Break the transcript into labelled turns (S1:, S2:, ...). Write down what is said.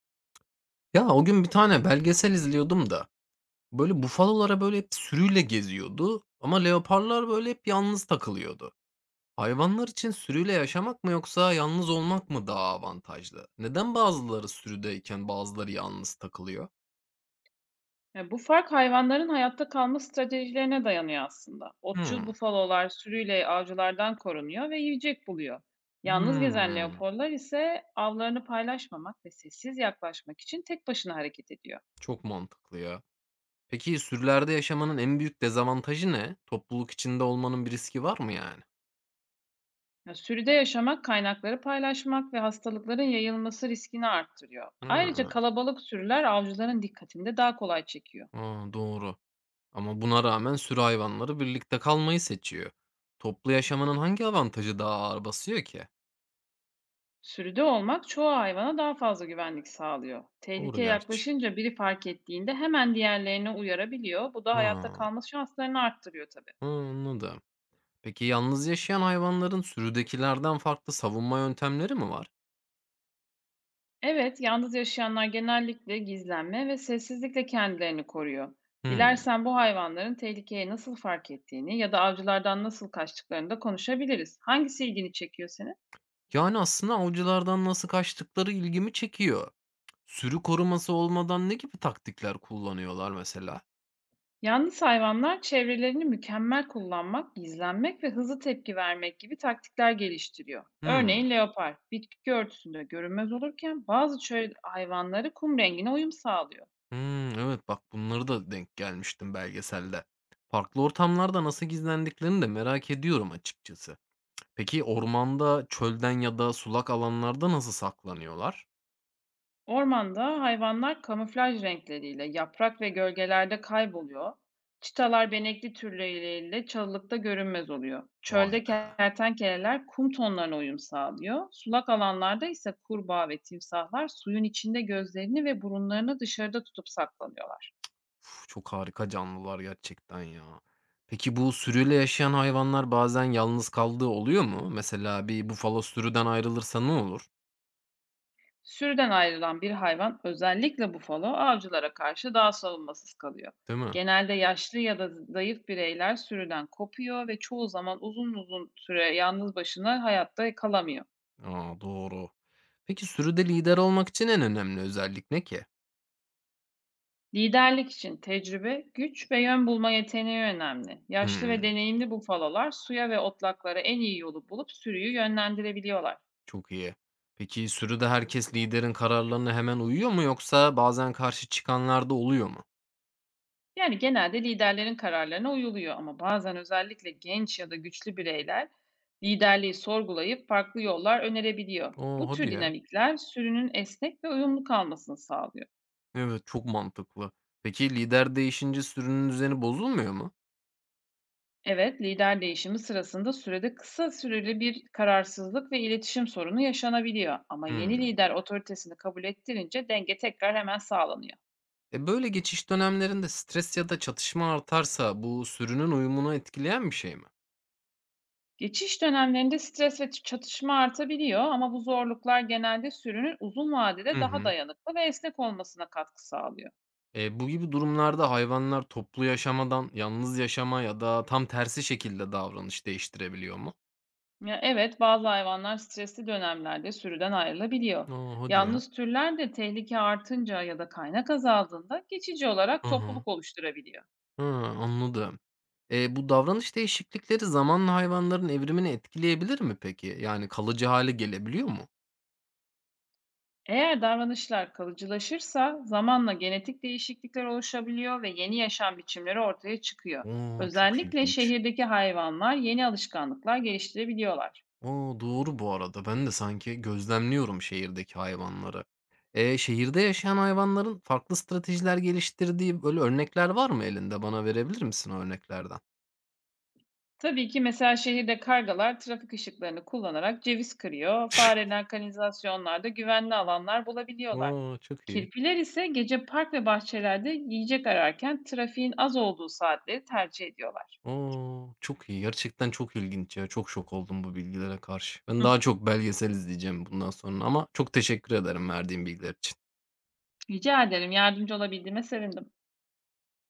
S1: Ya, o gün bir tane belgesel izliyordum da, böyle bufalolara böyle hep sürüyle geziyordu ama leoparlar böyle hep yalnız takılıyordu. Hayvanlar için sürüyle yaşamak mı yoksa yalnız olmak mı daha avantajlı? Neden bazıları sürüdeyken bazıları yalnız takılıyor?
S2: Ya, bu fark hayvanların hayatta kalma stratejilerine dayanıyor aslında. Otçul
S1: Hımm.
S2: bufalolar sürüyle avcılardan korunuyor ve yiyecek buluyor. Yalnız gezen
S1: Hımm.
S2: leoparlar ise avlarını paylaşmamak ve sessiz yaklaşmak için tek başına hareket ediyor.
S1: Çok mantıklı ya. Peki sürülerde yaşamanın en büyük dezavantajı ne? Topluluk içinde olmanın bir riski var mı yani?
S2: Ya, sürüde yaşamak, kaynakları paylaşmak ve hastalıkların yayılması riskini arttırıyor. Ayrıca
S1: Hıı.
S2: kalabalık sürüler avcıların dikkatini de daha kolay çekiyor.
S1: A, doğru. Ama buna rağmen sürü hayvanları birlikte kalmayı seçiyor. Toplu yaşamanın hangi avantajı daha ağır basıyor ki?
S2: Sürüde olmak çoğu hayvana daha fazla güvenlik sağlıyor.
S1: Doğru
S2: Tehlike
S1: gerçi.
S2: yaklaşınca biri fark ettiğinde hemen diğerlerine uyarabiliyor. Bu da hayatta
S1: Ha,
S2: kalma şanslarını arttırıyor tabii.
S1: ha, anladım. Peki yalnız yaşayan hayvanların sürüdekilerden farklı savunma yöntemleri mi var?
S2: Evet, yalnız yaşayanlar genellikle gizlenme ve sessizlikle kendilerini koruyor.
S1: Hmm.
S2: Dilersen bu hayvanların tehlikeye nasıl fark ettiğini ya da avcılardan nasıl kaçtıklarını da konuşabiliriz. Hangisi ilgini çekiyor senin?
S1: Yani aslında avcılardan nasıl kaçtıkları ilgimi çekiyor. Sürü koruması olmadan ne gibi taktikler kullanıyorlar mesela?
S2: Yalnız hayvanlar çevrelerini mükemmel kullanmak, gizlenmek ve hızlı tepki vermek gibi taktikler geliştiriyor.
S1: Hmm.
S2: Örneğin leopar, bitki örtüsünde görünmez olurken bazı çöl hayvanları kum rengine uyum sağlıyor.
S1: Hmm, evet bak bunları da denk gelmiştim belgeselde. Farklı ortamlarda nasıl gizlendiklerini de merak ediyorum açıkçası. Peki ormanda, çölden ya da sulak alanlarda nasıl saklanıyorlar?
S2: Ormanda hayvanlar kamuflaj renkleriyle yaprak ve gölgelerde kayboluyor. Çitalar benekli türleriyle çalılıkta görünmez oluyor.
S1: Vay
S2: Çölde
S1: be!
S2: kertenkeleler kum tonlarına uyum sağlıyor. Sulak alanlarda ise kurbağa ve timsahlar suyun içinde gözlerini ve burunlarını dışarıda tutup saklanıyorlar.
S1: Uf, çok harika canlılar gerçekten ya. Peki bu sürüyle yaşayan hayvanlar bazen yalnız kaldığı oluyor mu? Mesela bir bufalo sürüden ayrılırsa ne olur?
S2: Sürüden ayrılan bir hayvan, özellikle bufalo, avcılara karşı daha savunmasız kalıyor.
S1: Değil mi?
S2: Genelde yaşlı ya da zayıf bireyler sürüden kopuyor ve çoğu zaman uzun süre yalnız başına hayatta kalamıyor.
S1: A, doğru. Peki sürüde lider olmak için en önemli özellik ne ki?
S2: Liderlik için tecrübe, güç ve yön bulma yeteneği önemli. Yaşlı ve
S1: Hımm,
S2: deneyimli bufalolar suya ve otlaklara en iyi yolu bulup sürüyü yönlendirebiliyorlar.
S1: çok iyi. Peki sürüde herkes liderin kararlarına hemen uyuyor mu yoksa bazen karşı çıkanlar da oluyor mu?
S2: Yani genelde liderlerin kararlarına uyuluyor ama bazen özellikle genç ya da güçlü bireyler liderliği sorgulayıp farklı yollar önerebiliyor.
S1: A,
S2: Bu
S1: hadi
S2: tür
S1: ya!
S2: dinamikler sürünün esnek ve uyumlu kalmasını sağlıyor.
S1: Evet, çok mantıklı. Peki lider değişince sürünün düzeni bozulmuyor mu?
S2: Evet, lider değişimi sırasında sürede kısa süreli bir kararsızlık ve iletişim sorunu yaşanabiliyor ama yeni
S1: Hmm.
S2: lider otoritesini kabul ettirince denge tekrar hemen sağlanıyor.
S1: E böyle geçiş dönemlerinde stres ya da çatışma artarsa bu sürünün uyumunu etkileyen bir şey mi?
S2: Geçiş dönemlerinde stres ve çatışma artabiliyor ama bu zorluklar genelde sürünün uzun vadede
S1: Hı
S2: daha
S1: hı.
S2: dayanıklı ve esnek olmasına katkı sağlıyor.
S1: E, bu gibi durumlarda hayvanlar toplu yaşamadan yalnız yaşama ya da tam tersi şekilde davranış değiştirebiliyor mu?
S2: Ya evet, bazı hayvanlar stresli dönemlerde sürüden ayrılabiliyor.
S1: Aa, hadi ya.
S2: Yalnız türler de tehlike artınca ya da kaynak azaldığında geçici
S1: Hı
S2: olarak
S1: hı.
S2: topluluk oluşturabiliyor.
S1: Hı, anladım. E, bu davranış değişiklikleri zamanla hayvanların evrimini etkileyebilir mi peki? Yani kalıcı hale gelebiliyor mu?
S2: Eğer davranışlar kalıcılaşırsa zamanla genetik değişiklikler oluşabiliyor ve yeni yaşam biçimleri ortaya çıkıyor.
S1: Oo, çok
S2: Özellikle
S1: ilginç.
S2: şehirdeki hayvanlar yeni alışkanlıklar geliştirebiliyorlar.
S1: O! Doğru bu arada. Ben de sanki gözlemliyorum şehirdeki hayvanları. E şehirde yaşayan hayvanların farklı stratejiler geliştirdiği böyle örnekler var mı elinde? Bana verebilir misin o örneklerden?
S2: Tabii ki mesela şehirde kargalar trafik ışıklarını kullanarak ceviz kırıyor, fareler kanalizasyonlarda güvenli alanlar bulabiliyorlar.
S1: O! Çok iyi.
S2: Kirpiler ise gece park ve bahçelerde yiyecek ararken trafiğin az olduğu saatleri tercih ediyorlar.
S1: O! Çok iyi. Gerçekten çok ilginç ya. Çok şok oldum bu bilgilere karşı. Ben
S2: Hı,
S1: daha çok belgesel izleyeceğim bundan sonra ama çok teşekkür ederim verdiğin bilgiler için.
S2: rica ederim, yardımcı olabildiğime sevindim.